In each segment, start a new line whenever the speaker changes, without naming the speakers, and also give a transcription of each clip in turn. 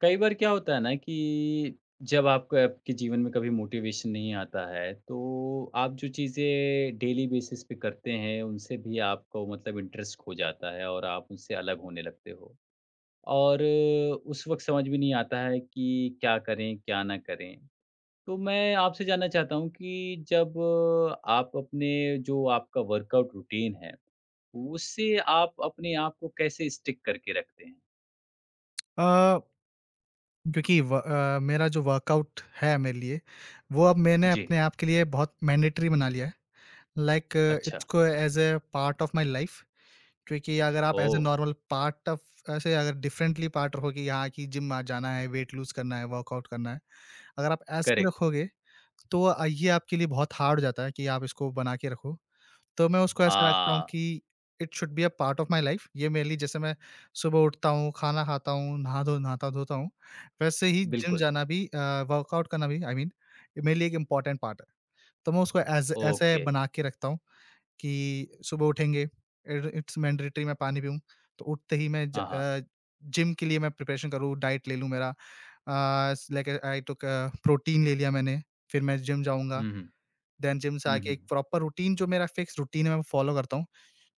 कई बार क्या होता है ना कि जब आपको आपके जीवन में कभी मोटिवेशन नहीं आता है, तो आप जो चीज़ें डेली बेसिस पे करते हैं, उनसे भी आपको मतलब इंटरेस्ट खो जाता है और आप उनसे अलग होने लगते हो। और उस वक़्त समझ में नहीं आता है कि क्या करें, क्या ना करें? तो मैं आपसे जानना चाहता हूँ कि जब आप अपने जो आपका वर्कआउट रूटीन है, उससे आप अपने आप को कैसे स्टिक करके रखते हैं?
अ, क्योंकि मेरा जो वर्कआउट है मेरे लिए, वो अब मैंने
जी।
अपने आप के लिए बहुत मैंडेटरी बना लिया है। लाइक
अच्छा।
इट्स को as a part of my life, क्योंकि अगर आप as a
oh!
Normal part of ऐसे अगर डिफरेंटली पार्ट रखोगे यहाँ कि जिम आ जाना है, वेट लूज़ करना है, वर्कआउट करना है। अगर आप ऐसे ही
करेक्ट।
रखोगे, तो ये आपके लिए बहुत हार्ड हो जाता है कि आप इसको बना के रखो। तो मैं उसको ऐसा रखता हूँ
आ।
कि it should be a part of my life. ये मेरे लिए जैसे मैं सुबह उठता हूँ, खाना खाता हूँ, नहा धो नहाता-धोता हूँ, वैसे ही जिम
बिल्कुल।
जाना भी, वर्कआउट करना भी, आई मीन मेरे लिए एक इम्पोर्टेंट पार्ट है। तो मैं उसको ऐज़ ऐसे
ओके।
बना के रखता हूँ कि सुबह उठेंगे, इट इट्स मैंडेटरी मैं पानी पीऊँ, तो उठते ही मैं
हाँ, हाँ।
जिम के लिए मैं प्रिपरेशन करूँ, डाइट ले लूँ मेरा। लाइक आई टूक अ, प्रोटीन ले लिया मैंने, फिर मैं जिम जाऊँगा,
हुँ, हुँ,
देन जिम से
हुँ,
आके एक
हुँ।
प्रॉपर रूटीन जो मेरा फिक्स रूटीन है मैं फॉलो करता हूँ।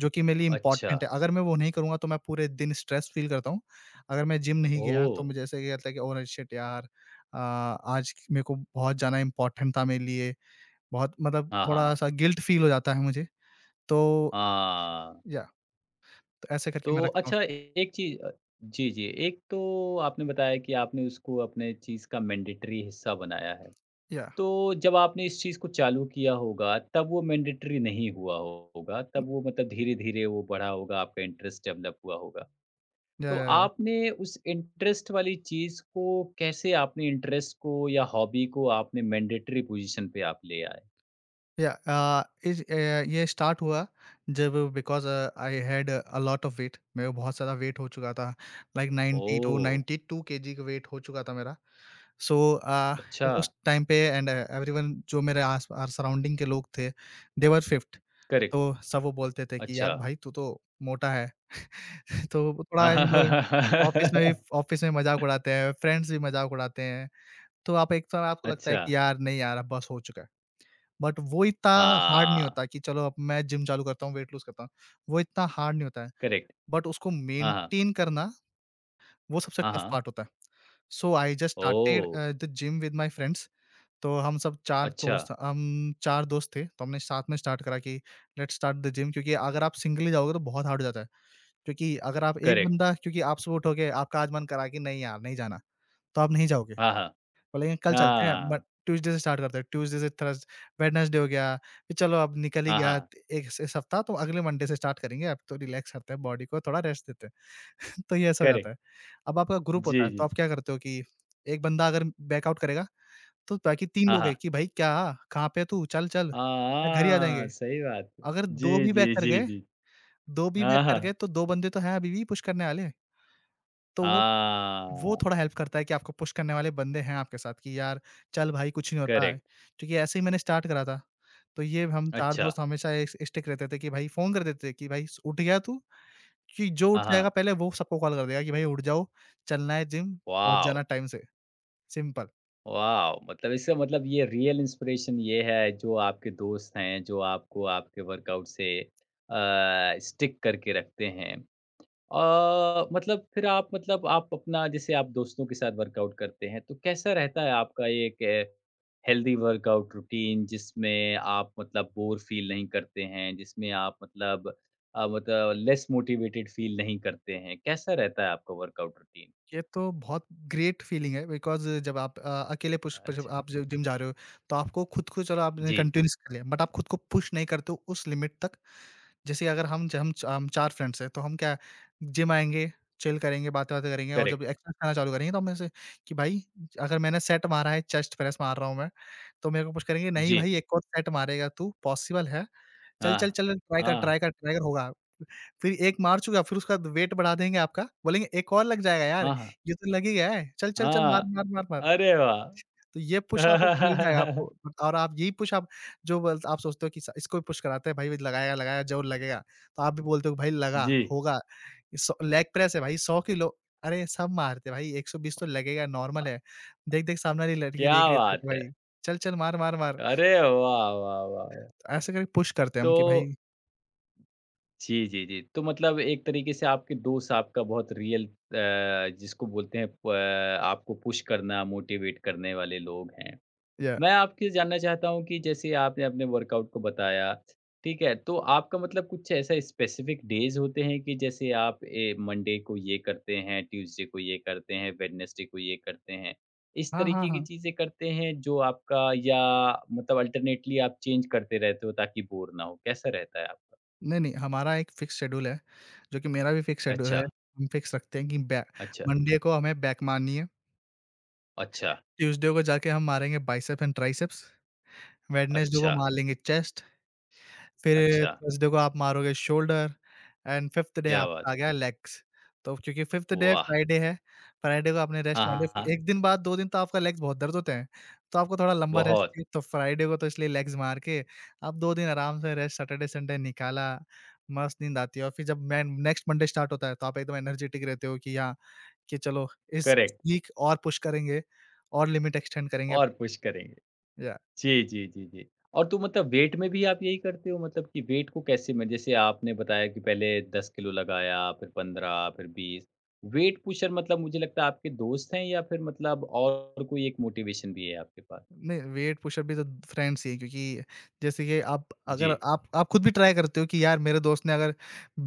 जो कि मेरे लिए
अच्छा।
इम्पोर्टेंट है। अगर मैं वो नहीं करूँगा तो मैं पूरे दिन स्ट्रेस फ़ील करता हूँ। अगर मैं जिम नहीं गया तो
ओह!
मुझे ऐसा लगता है कि ओह शिट यार, आज मेरे को बहुत जाना इम्पोर्टेंट था मेरे लिए। बहुत मतलब
हाँ, हाँ, हाँ।
थोड़ा-सा गिल्ट फ़ील हो जाता है मुझे। तो
हाँ,
या तो ऐसे
तो
करके मैं रखता हूँ।
अच्छा ए एक चीज़, जी, जी, एक तो आपने बताया कि आपने उसको अपने चीज़ का मैंडेटरी हिस्सा बनाया है।
या
तो जब आपने इस चीज़ को चालू किया होगा, तब वो मैंडेटरी नहीं होगा, तब वो मतलब धीरे-धीरे वो बढ़ा होगा, आपका इंटरेस्ट डेवलप हुआ होगा।
या
तो
या
आपने उस इंटरेस्ट वाली चीज़ को कैसे आपने इंटरेस्ट को या हॉबी को आपने मैंडेटरी पोज़ीशन पे आप ले आए?
या अ, इज अ, ये स्टार्ट हुआ जब because I had a lot of weight, मेरा बहुत सारा वेट हो चुका था। Like 92
oh!
92 केजी का वेट हो चुका था मेरा। सो अ,
अच्छा।
उस टाइम पे, एंड एवरीवन जो मेरे सराउंडिंग के लोग थे, दे वर फिट,
करेक्ट।
तो सब वो बोलते थे कि
अच्छा।
यार भाई तू तो मोटा है। तो वो थोड़ा यू नो, ऑफ़िस में भी, ऑफ़िस में मज़ाक उड़ाते हैं, फ्रेंड्स भी मज़ाक उड़ाते हैं। तो आप एक समय आपको लगता है
अच्छा।
कि यार नहीं यार अब बस हो चुका है। बट वो इतना हार्ड नहीं
हाँ,
होता कि चलो अब मैं जिम चालू करता हूँ, वेट लूज़ करता हूँ। वो इतना हार्ड नहीं होता है,
करेक्ट।
बट उसको
हाँ, हाँ,
मेंटेन करना वो सबसे
हाँ,
टफ
हाँ।
पार्ट होता है। So I just started
oh!
The gym with my friends. तो हम सब 4
अच्छा।
दोस्त, हम 4 दोस्त थे, तो हमने साथ में स्टार्ट करा कि लेट्स स्टार्ट द जिम, क्योंकि अगर आप सिंगल ही जाओगे तो बहुत हार्ड हो जाता है। क्योंकि अगर आप एक
करेक्ट।
बंदा, क्योंकि आप सुबह उठोगे, आपका आज मन करा कि नहीं यार नहीं जाना, तो आप नहीं जाओगे।
हाँ, हाँ,
बोलेंगे कल चलते हैं, बट
हाँ,
ट्यूसडे से स्टार्ट करते हैं, ट्यूसडे से थर्स वेडनेसडे हो गया, फिर चलो अब निकल ही
हाँ,
गया,
हाँ,
एक स इस हफ्ता तो अगले मंडे से स्टार्ट करेंगे, अब तो रिलैक्स करते हैं, बॉडी को थोड़ा रेस्ट देते हैं। तो ये ऐसा हो जाता
करेक्ट।
है। अब आपका ग्रुप होता
जी,
है, तो
जी।
आप क्या करते हो कि एक बंदा अगर बैकआउट करेगा तो बाकी 3
हाँ,
लोग हैं
हाँ,
कि भाई क्या? कहाँ पे है तू? चल, चल, या घर ही आ
हाँ,
जाएँगे।
सही बात है।
अगर 2
जी,
भी बैक
जी,
कर
जी,
गए
जी।
2 भी बैक
हाँ,
कर
हाँ,
गए तो 2 बंदे तो हैं अभी भी पुश करने वाले। तो वो
हाँ,
थोड़ा हेल्प करता है कि आपको पुश करने वाले बंदे हैं आपके साथ कि यार चल भाई कुछ नहीं होता है।
करेक्ट।
क्योंकि ऐसे ही मैंने स्टार्ट करा था। तो ये हम 4
अच्छा।
दोस्त हमेशा इस स्टिक रहते थे कि भाई फ़ोन कर देते थे कि भाई स उठ गया तू? कि जो
हाँ,
उठ जाएगा
हाँ।
पहले वो सबको कॉल कर देगा कि भाई उठ जाओ, चलना है जिम, पहुँच जाना
वॉव!
टाइम से, सिंपल।
वॉव! मतलब इसका मतलब ये रियल इंस्पिरेशन ये है जो आपके दोस्त हैं, जो आपको आपके वर्कआउट से स्टिक करके रखते हैं। मतलब फिर आप मतलब आप अपना जैसे आप दोस्तों के साथ वर्कआउट करते हैं, तो कैसा रहता है आपका ये एक हेल्दी वर्कआउट रूटीन जिसमें आप मतलब बोर फील नहीं करते हैं, जिसमें आप मतलब मतलब लेस मोटिवेटेड फील नहीं करते हैं? कैसा रहता है आपका वर्कआउट रूटीन?
ये तो बहुत ग्रेट फीलिंग है, बिकॉज़ जब आप अकेले पुश प जब
अच्छा।
आप जब जिम जा रहे हो, तो आपको खुद को, चलो आपने
जी।
कंटिन्यूअस कर लिया, बट आप खुद को पुश नहीं करते हो उस लिमिट तक। जैसे अगर हम ज हम 4 फ्रेंड्स हैं, तो हम क्या, जिम आएँगे, चिल करेंगे, बातें-वातें करेंगे और
करेक्ट।
जब एक्सरसाइज करना चालू करेंगे तो हम ऐसे कि भाई, अगर मैंने सेट मारा है, चेस्ट प्रेस मार रहा हूँ मैं, तो मेरे को पुश करेंगे, नहीं
जी।
भाई एक और सेट मारेगा तू, पॉसिबल है। चल, चल,
हाँ,
चल, ट्राई कर, ट्राई
हाँ,
कर, ट्राई कर, होगा। फिर 1 मार चुका, फिर उसका वेट बढ़ा देंगे आपका, बोलेंगे, "एक और लग जाएगा यार,
हाँ,
ये तो लग ही गया है, चल, चल, चल, मार,
हाँ।
मार, मार, मार।"
अरे वाह!
तो ये पुश आपको मिल जाएगा, आपको, और आप यही पुश आप, जो बल आप सोचते हो कि स इसको भी पुश कराते हैं, भाई लगाएगा, लगाएगा, ज़रूर लगेगा। तो आप भी बोलते हो कि भाई लगा,
जी।
होगा। सौ लेग प्रेस है भाई, 100 किलो, अरे सब मारते हैं भाई, 120 तो लगेगा, नॉर्मल
अ,
है। देख, देख, सामने वाली लड़की देख
क्या
रही है तेरे
बात
को
है!
भाई, चल, चल, मार, मार, मार।
अरे वाह, वाह, वाह, वाह!
तो ऐसे करके पुश करते हैं
तो
हम कि भाई,
जी, जी, जी। तो मतलब एक तरीके से आपके दोस्त आपका बहुत रियल जिसको बोलते हैं प आपको पुश करना, मोटिवेट करने वाले लोग हैं।
या,
मैं आपके जानना चाहता हूँ कि जैसे आपने अपने वर्कआउट को बताया, ठीक है? तो आपका मतलब कुछ ऐसा स्पेसिफ़िक डेज़ होते हैं कि जैसे आप मंडे को ये करते हैं, ट्यूज़डे को ये करते हैं, वेडनेसडे को ये करते हैं। इस
हाँ, हाँ,
तरीके की
हाँ।
चीज़ें करते हैं जो आपका, या मतलब अल्टरनेटली आप चेंज करते रहते हो ताकि बोर ना हो, कैसा रहता है आपका?
नहीं, नहीं, हमारा एक फिक्स शेड्यूल है, जो कि मेरा भी फिक्स शेड्यूल
अच्छा,
है। हम फिक्स रखते हैं कि बै
अच्छा,
मंडे को हमें बैक मारनी है,
अच्छा,
ट्यूसडे को जाके हम मारेंगे बाइसेप एंड ट्राइसेप्स, वेडनेसडे को
अच्छा,
मार लेंगे चेस्ट, फिर
अच्छा।
थर्सडे को आप मारोगे शोल्डर, एंड फिफ्थ डे
क्या बात
आपका आ
है!
गया लेग्स। तो क्योंकि फिफ्थ डे
वाह!
फ्राइडे है, फ्राइडे को आपने
हाँ,
रेस्ट मार लिया,
हाँ, हाँ।
फिर 1 दिन बाद, 2 दिन तो आपका लेग्स बहुत दर्द होते हैं, तो आपको थोड़ा लंबा रेस्ट
बहुत,
चाहिए, तो फ्राइडे को तो इसलिए लेग्स मार के आप 2 दिन आराम से रेस्ट, सैटरडे संडे निकाला, मस्त नींद आती है और फिर जब मैं नेक्स्ट मंडे स्टार्ट होता है, तो आप एकदम एनर्जेटिक रहते हो कि हाँ, कि चलो इस
करेक्ट
वीक और पुश करेंगे और लिमिट एक्सटेंड करेंगे अप
और पुश करेंगे।
या।
जी, जी, जी, जी। और तो मतलब वेट में भी आप यही करते हो मतलब कि वेट को कैसे म जैसे आपने बताया कि पहले 10 किलो लगाया, फिर 15 फिर 20 वेट पुशर मतलब मुझे लगता है आपके दोस्त हैं या फिर मतलब और कोई एक मोटिवेशन भी है आपके पास?
नहीं, वेट पुशअप भी तो फ्रेंड्स ही है, क्योंकि जैसे कि आप, अगर
जी,
आप खुद भी ट्राई करते हो कि यार मेरे दोस्त ने अगर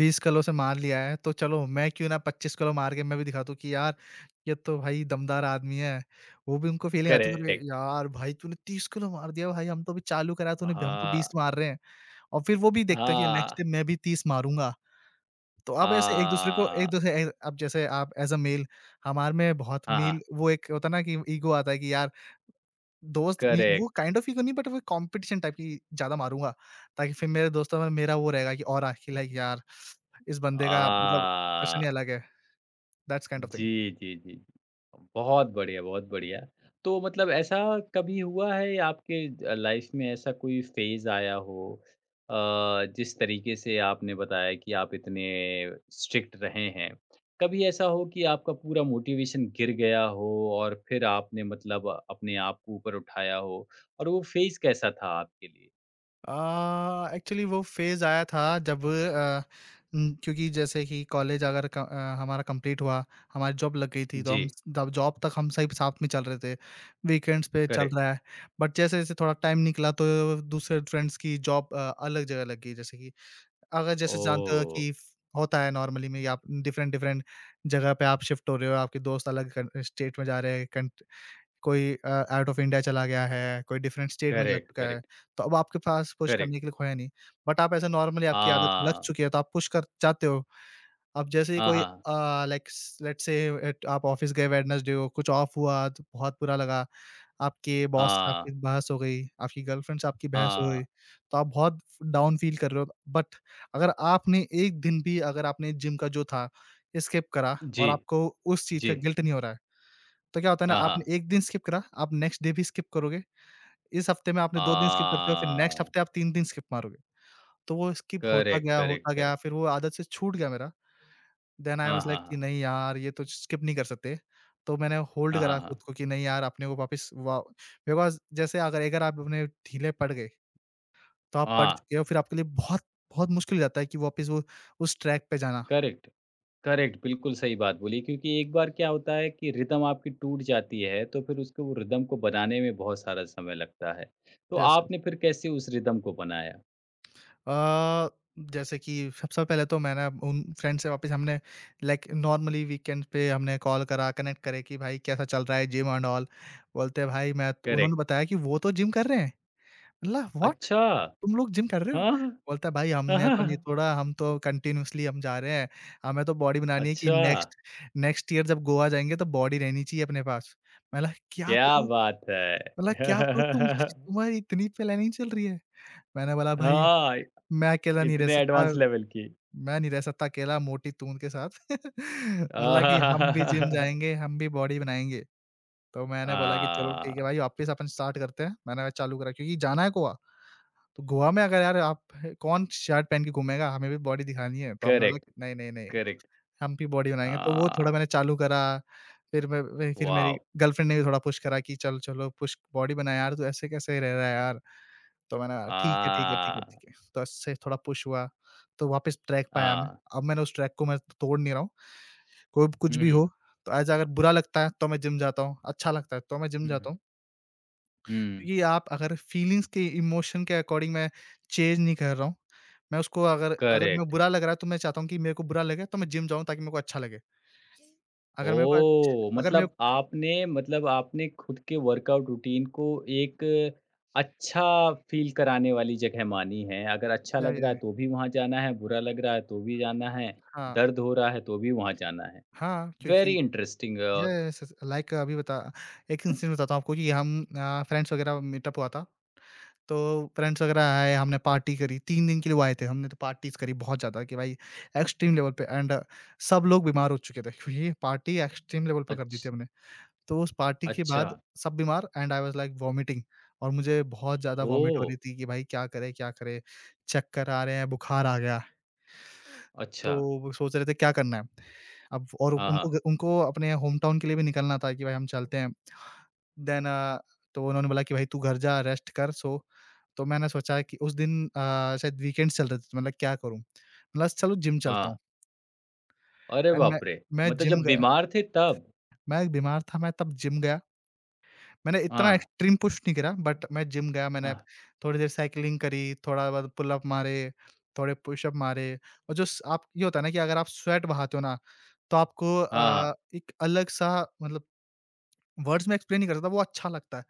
20 किलो से मार लिया है, तो चलो मैं क्यों ना 25 किलो मार के मैं भी दिखाता हूँ कि यार ये तो भाई दमदार आदमी है। वो भी उनको फीलिंग आती है, अरे
करेक्ट।
यार भाई तूने 30 किलो मार दिया भाई, हम तो अभी चालू करा तूने, हम तो 20
हाँ,
मार रहे हैं। और फिर वो भी देखता है कि नेक्स्ट
हाँ,
टाइम मैं भी 30 मारूँगा। तो आप
आ,
ऐसे एक दूसरे को, एक दूसरे, अब जैसे आप एज़ अ मेल, हमारे में बहुत
हाँ,
मेल
हाँ,
वो एक होता है ना कि ईगो आता है कि यार दोस्त मी, वो
करेक्ट।
काइंड ऑफ ईगो नहीं, बट वो कंपटीशन टाइप की, ज़्यादा मारूँगा, ताकि फिर मेरे दोस्तों में मेरा वो रहेगा, कि और आखिर लाइक यार, इस बंदे का मतलब पर्सन ही
आ
अलग है, दैट्स काइंड ऑफ थिंग।
जी, जी, जी। बहुत बढ़िया, बहुत बढ़िया। तो मतलब ऐसा कभी हुआ है आपके लाइफ़ में ऐसा कोई फ़ेज़ आया हो, अ, जिस तरीके से आपने बताया कि आप इतने स्ट्रिक्ट रहे हैं। कभी ऐसा हो कि आपका पूरा मोटिवेशन गिर गया हो और फिर आपने मतलब अपने आप को ऊपर उठाया हो और वो फ़ेज़ कैसा था आपके लिए?
एक्चुअली वो फ़ेज़ आया था जब, क्योंकि जैसे कि कॉलेज अगर हमारा कंप्लीट हुआ, हमारी जॉब लग गई थी, तो
जी,
हम द जॉब तक हम सब साथ में चल रहे थे, वीकेंड्स पे चल
करेक्ट।
रहा है। बट जैसे-जैसे थोड़ा टाइम निकला, तो दूसरे फ्रेंड्स की जॉब अलग जगह लग गई, जैसे कि अगर जैसे जानते हो
ओह!
कि होता है नॉर्मली में, या आप डिफरेंट डिफरेंट जगह पे आप शिफ्ट हो रहे हो, आपके दोस्त अलग कन स्टेट में जा रहे हैं, कंट कोई आउट ऑफ इंडिया चला गया है, कोई डिफरेंट स्टेट में जा
करेक्ट,
चुका है,
करेक्ट,
तो अब आपके पास पुश
करेक्ट।
करने के लिए कोई है नहीं। बट आप ऐसे नॉर्मली आपकी आदत लग
हाँ।
चुकी है, तो आप पुश कर जाते हो। अब जैसे ही
हाँ,
कोई
हाँ।
लाइक स लेट्स से, एट आप ऑफिस गए वेडनेसडे को, कुछ ऑफ हुआ तो बहुत बुरा लगा। आपके बॉस से आपकी
हाँ,
बहस हो गई, आपकी गर्लफ्रेंड से आपकी बहस हो गई,
हाँ।
तो आप बहुत डाउन फ़ील कर रहे हो। बट अगर आपने एक दिन भी, अगर आपने जिम का जो था, स्किप करा
जी,
और आपको उस चीज़ का
जी।
गिल्ट नहीं हो रहा है, तो क्या होता है ना,
हाँ, हाँ।
आपने 1 दिन स्किप करा, आप नेक्स्ट डे भी स्किप करोगे। इस हफ्ते में आपने
आ,
2 दिन स्किप कर चुके हो, फिर नेक्स्ट हफ्ते आप 3 दिन स्किप मारोगे। तो वो स्किप
करेक्ट, करेक्ट,
होता गया,
करेक्ट।
फिर वो आदत से छूट गया मेरा। देन आई
हाँ,
वाज़
हाँ,
लाइक कि
हाँ।
नहीं यार, ये तो स्किप नहीं कर सकते। तो मैंने होल्ड
हाँ, हाँ,
करा
हाँ।
खुद को कि नहीं यार अपने को वापस वा बिकॉज़ जैसे अगर अगर आप अपने ढीले पड़ गए, तो आप पड़
हाँ,
चुके हो, फिर आपके लिए बहुत, बहुत मुश्किल हो जाता है कि वापस वो उस ट्रैक पे जाना।
करेक्ट, करेक्ट, बिल्कुल सही बात बोली क्योंकि एक बार क्या होता है कि रिदम आपकी टूट जाती है, तो फिर उसको वो रिदम को बनाने में बहुत सारा समय लगता है। तो
जैसे
आपने फिर कैसे उस रिदम को बनाया?
अ, जैसे कि सबसे पहले तो मैंने उन फ्रेंड से वापस हमने, लाइक नॉर्मली वीकेंड पे हमने कॉल करा, कनेक्ट करे कि भाई कैसा चल रहा है, जिम एंड ऑल। बोलते हैं भाई मैं तो, उन्होंने
करेक्ट।
बताया कि वो तो जिम कर रहे हैं। मैं बोला व्हाट!
अच्छा!
तुम लोग जिम कर रहे हो?
हाँ,
बोलता है भाई
हाँ,
हमने
हाँ,
तो नहीं
हाँ।
छोड़ा, हम तो कंटिन्यूअसली हम जा रहे हैं। हमें तो बॉडी बनानी है कि
अच्छा!
नेक्स्ट नेक्स्ट ईयर जब गोवा जाएँगे तो बॉडी रहनी चाहिए अपने पास। मैं बोला क्या
क्या
ब्रो
बात है!
मैं बोला क्या ब्रो तुम तुम्हारी इतनी प्लानिंग चल रही है? मैंने बोला भाई,
हाँ,
मैं अकेला नहीं रह
इतने
सकता
एडवांस लेवल की।
मैं नहीं रह सकता अकेला मोटी तून के साथ। मतलब कि हम भी जिम जाएँगे, हम भी बॉडी बनाएँगे। तो मैंने बोला कि चलो ठीक है
Ah,
भाई वापस अपन स्टार्ट करते हैं। मैंने चालू करा क्योंकि जाना है गोवा। तो गोवा में अगर यार आप कौन शर्ट पहन के घूमेगा? हमें भी बॉडी दिखानी है। तो हमने बोला
correct,
कि नहीं, नहीं, नहीं,
correct.
हम भी बॉडी बनाएँगे। तो वो थोड़ा
Ah,
मैंने चालू करा। फिर मैं फिर मेरी
wow.
गर्लफ्रेंड ने भी थोड़ा पुश करा कि चल चलो पुश बॉडी बना यार तू ऐसे कैसे रह रहा है यार? तो मैंने कहा ठीक है, ठीक है, ठीक है,
Ah,
ठीक है। तो इससे थोड़ा पुश हुआ। तो वापस ट्रैक पे आया मैं।
ah.
अब मैंने उस ट्रैक को मैं तोड़ नहीं रहा हूँ। कोई भी कुछ भी
हुँ,
हो, तो ऐसा अगर बुरा लगता है तो मैं जिम जाता हूँ, अच्छा लगता है तो मैं जिम जाता
हुँ,
हूँ।
हुँ,
क्योंकि आप अगर फीलिंग्स के इमोशन के अकॉर्डिंग मैं चेंज नहीं कर रहा हूँ। मैं उसको अगर अगर मैं
करेक्ट।
बुरा लग रहा है तो मैं चाहता हूँ कि मेरे को बुरा लगे तो मैं जिम जाऊँ ताकि मेरे को अच्छा लगे। अगर मेरे को अच्छ
ओह!
अगर मेरे
मतलब
को
आपने खुद के वर्कआउट रूटीन को एक अच्छा फ़ील कराने वाली जगह मानी है। अगर अच्छा लग रहा
या
है तो भी वहाँ जाना है, बुरा लग रहा है तो भी जाना है,
हाँ,
दर्द हो रहा है तो भी वहाँ जाना है।
हाँ, क्योंकि
वेरी इंटरेस्टिंग और
यस लाइक अभी बता एक इंसिडेंट बताता हूँ आपको कि हम फ्रेंड्स वगैरह मीटअप हुआ था। तो फ्रेंड्स वगैरह आए, हमने पार्टी करी, 3 दिन के लिए वो आए थे, हमने तो पार्टीज़ करी बहुत ज़्यादा कि भाई एक्सट्रीम लेवल पे एंड सब लोग बीमार हो चुके थे, ये पार्टी एक्सट्रीम लेवल पे कर दी थी
अच्छ
हमने। तो उस पार्टी के
अच्छा,
बाद सब बीमार and I was like vomiting और मुझे बहुत ज़्यादा वॉमिट
ओह!
हो रही थी कि भाई क्या करें, क्या करें? चक्कर आ रहे हैं, बुखार आ गया, तो
अच्छा।
वो सोच रहे थे क्या करना है? अब और
हाँ,
उनको
हाँ,
उनको अपने होम टाउन के लिए भी निकलना था कि भाई हम चलते हैं। देन अ, तो उन्होंने बोला कि भाई तू घर जा रेस्ट कर सो। तो मैंने सोचा कि उस दिन शायद वीकेंड्स चल रहे थे तो मतलब क्या करूँ? मतलब चलो जिम चलता
हाँ।
हूँ
अरे
एंड
बाप रे!
मैं
मतलब जब
जिम गया,
बीमार थे तब?
मैं बीमार था मैं तब जिम गया। मैंने इतना
हाँ,
एक्सट्रीम पुश नहीं करा बट मैं जिम गया।
हाँ,
मैंने थोड़ी देर साइक्लिंग करी, थोड़ा बहुत पुल अप मारे, थोड़े पुश अप मारे और जो स आप ये होता है ना कि अगर आप स्वेट बहाते हो ना तो आपको
हाँ, हाँ।
एक अलग सा मतलब वर्ड्स में एक्सप्लेन नहीं कर सकता, वो अच्छा लगता है।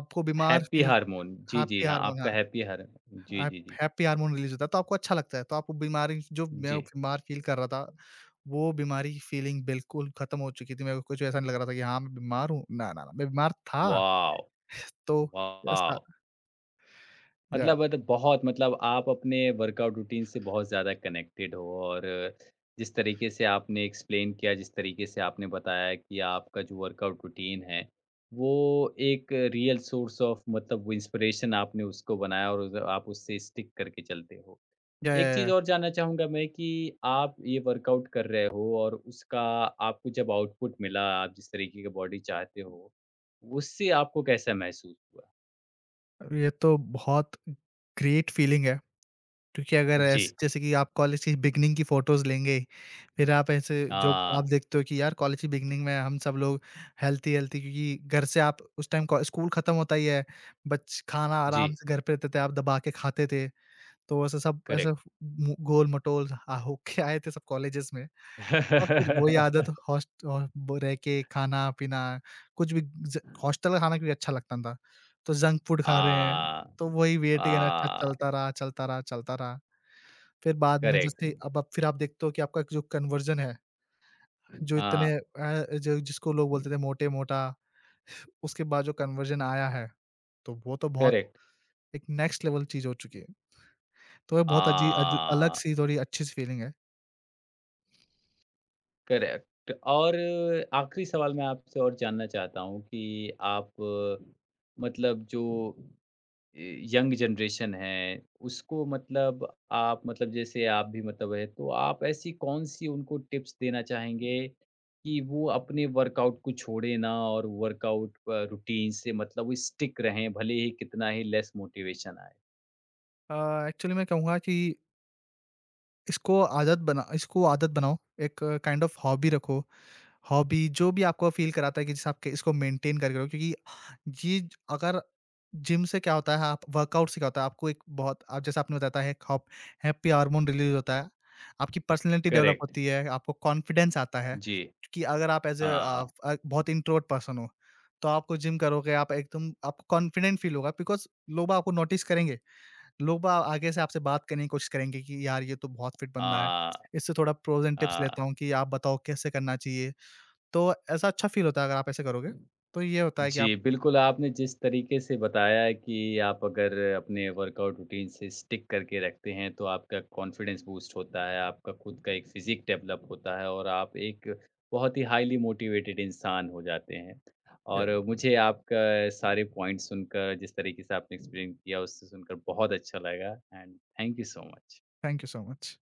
आपको बीमार
हैप्पी
फील
हार्मोन। जी, जी,
हैप्पी
हाँ,
हार्मोन
आपका
हाँ।
Happy hormone. जी,
आप
जी, जी।
हैप्पी हार्मोन रिलीज़ होता है, तो आपको अच्छा लगता है। तो आपको बीमारी जो मैं
जी।
बीमार फ़ील कर रहा था, वो बीमारी की फ़ीलिंग बिल्कुल ख़त्म हो चुकी थी। मेरे को कुछ ऐसा नहीं लग रहा था कि हाँ, मैं बीमार हूँ। ना, ना, ना, मैं बीमार था,
वॉव!
तो ऐसा
वॉव!
या
मतलब बहुत मतलब आप अपने वर्कआउट रूटीन से बहुत ज़्यादा कनेक्टेड हो और जिस तरीके से आपने एक्सप्लेन किया, जिस तरीके से आपने बताया कि आपका जो वर्कआउट रूटीन है, वो एक रियल सोर्स ऑफ मतलब वो इंस्पिरेशन आपने उसको बनाया और उस आप उससे स्टिक करके चलते हो।
या
एक
या
चीज़
या,
और जानना चाहूँगा मैं कि आप ये वर्कआउट कर रहे हो और उसका आपको जब आउटपुट मिला, आप जिस तरीके की बॉडी चाहते हो, उससे आपको कैसा महसूस हुआ?
ये तो बहुत ग्रेट फ़ीलिंग है। क्योंकि अगर
जी।
ऐसे जैसे कि आप कॉलेज की बिगनिंग की फ़ोटोज़ लेंगे, फिर आप ऐसे जो आप
हाँ,
देखते हो कि यार कॉलेज की बिगनिंग में हम सब लोग हेल्थी-हेल्थी क्योंकि घर से आप उस टाइम को स्कूल खत्म होता ही है, बच खाना आराम
जी,
से घर पे रहते थे, आप दबा के खाते थे। तो ऐसे सब ऐसे
करेक्ट।
मु गोल-मटोल होके आए थे सब कॉलेजेस में और फिर वही आदत हॉस्ट अ, ब रह के खाना-पीना कुछ भी ज हॉस्टल का खाना भी अच्छा लगता था। तो जंक फूड खा रहे हैं,
आ,
तो वही वेट गेन अच्छा
आ,
चलता रहा, चलता रहा, चलता रहा। फिर बाद में जैसे
करेक्ट।
अब आप फिर आप देखते हो कि आपका जो कन्वर्जन है, जो इतने
हाँ,
जो जिसको लोग बोलते थे मोटे-मोटा, उसके बाद जो कन्वर्जन आया है, तो वो तो बहुत
करेक्ट।
एक नेक्स्ट लेवल चीज़ हो चुकी है। तो ये बहुत अजी अज अलग
आ,
सी थोड़ी अच्छी सी फीलिंग है।
करेक्ट। और आखिरी सवाल मैं आपसे और जानना चाहता हूँ कि आप मतलब जो यंग जनरेशन है, उसको मतलब आप मतलब जैसे आप भी मतलब है, तो आप ऐसी कौन-सी उनको टिप्स देना चाहेंगे कि वो अपने वर्कआउट को छोड़ें ना और वर्कआउट रूटीन से मतलब वो स्टिक रहें, भले ही कितना ही लेस मोटिवेशन आए?
एक्चुअली मैं कहूँगा कि इसको आदत बनाओ, एक काइंड ऑफ हॉबी रखो। हॉबी जो भी आपको फ़ील कराता है कि जैसे आप क इसको मेंटेन करके रखो क्योंकि ये ज अगर जिम से क्या होता है, आप वर्कआउट से क्या होता है, आपको एक बहुत आप जैसे आपने बताया है हॉप हैप्पी हार्मोन रिलीज़ होता है। आपकी पर्सनैलिटी डेवलप
करेक्ट।
होती है, आपको कॉन्फिडेंस आता है
जी।
कि अगर आप एज़ अ अ,
हाँ,
अ, बहुत इंट्रोवर्ट पर्सन हो, तो आपको जिम करोगे आप एकदम आपको कॉन्फिडेंट फ़ील होगा बिकॉज़ लोग बाग आपको नोटिस करेंगे। लोग बाग आगे से आपसे बात करने की कोशिश करेंगे कि यार ये तो बहुत फिट बंदा है।
हाँ,
इससे थोड़ा प्रोज़ एंड टिप्स
हाँ।
लेता हूँ कि आप बताओ कैसे करना चाहिए? तो ऐसा अच्छा फ़ील होता है अगर आप ऐसे करोगे, तो ये होता है कि आप
जी, बिल्कुल, आपने जिस तरीके से बताया है कि आप अगर अपने वर्कआउट रूटीन से स्टिक करके रखते हैं, तो आपका कॉन्फिडेंस बूस्ट होता है, आपका खुद का एक फ़िज़िक डेवलप होता है और आप एक बहुत ही हाइली मोटिवेटेड इंसान हो जाते हैं।
या
और मुझे आपका सारे पॉइंट्स सुनकर, जिस तरीके से आपने एक्सप्लेन किया, उससे सुनकर बहुत अच्छा लगा and thank you so much.
Thank you so much.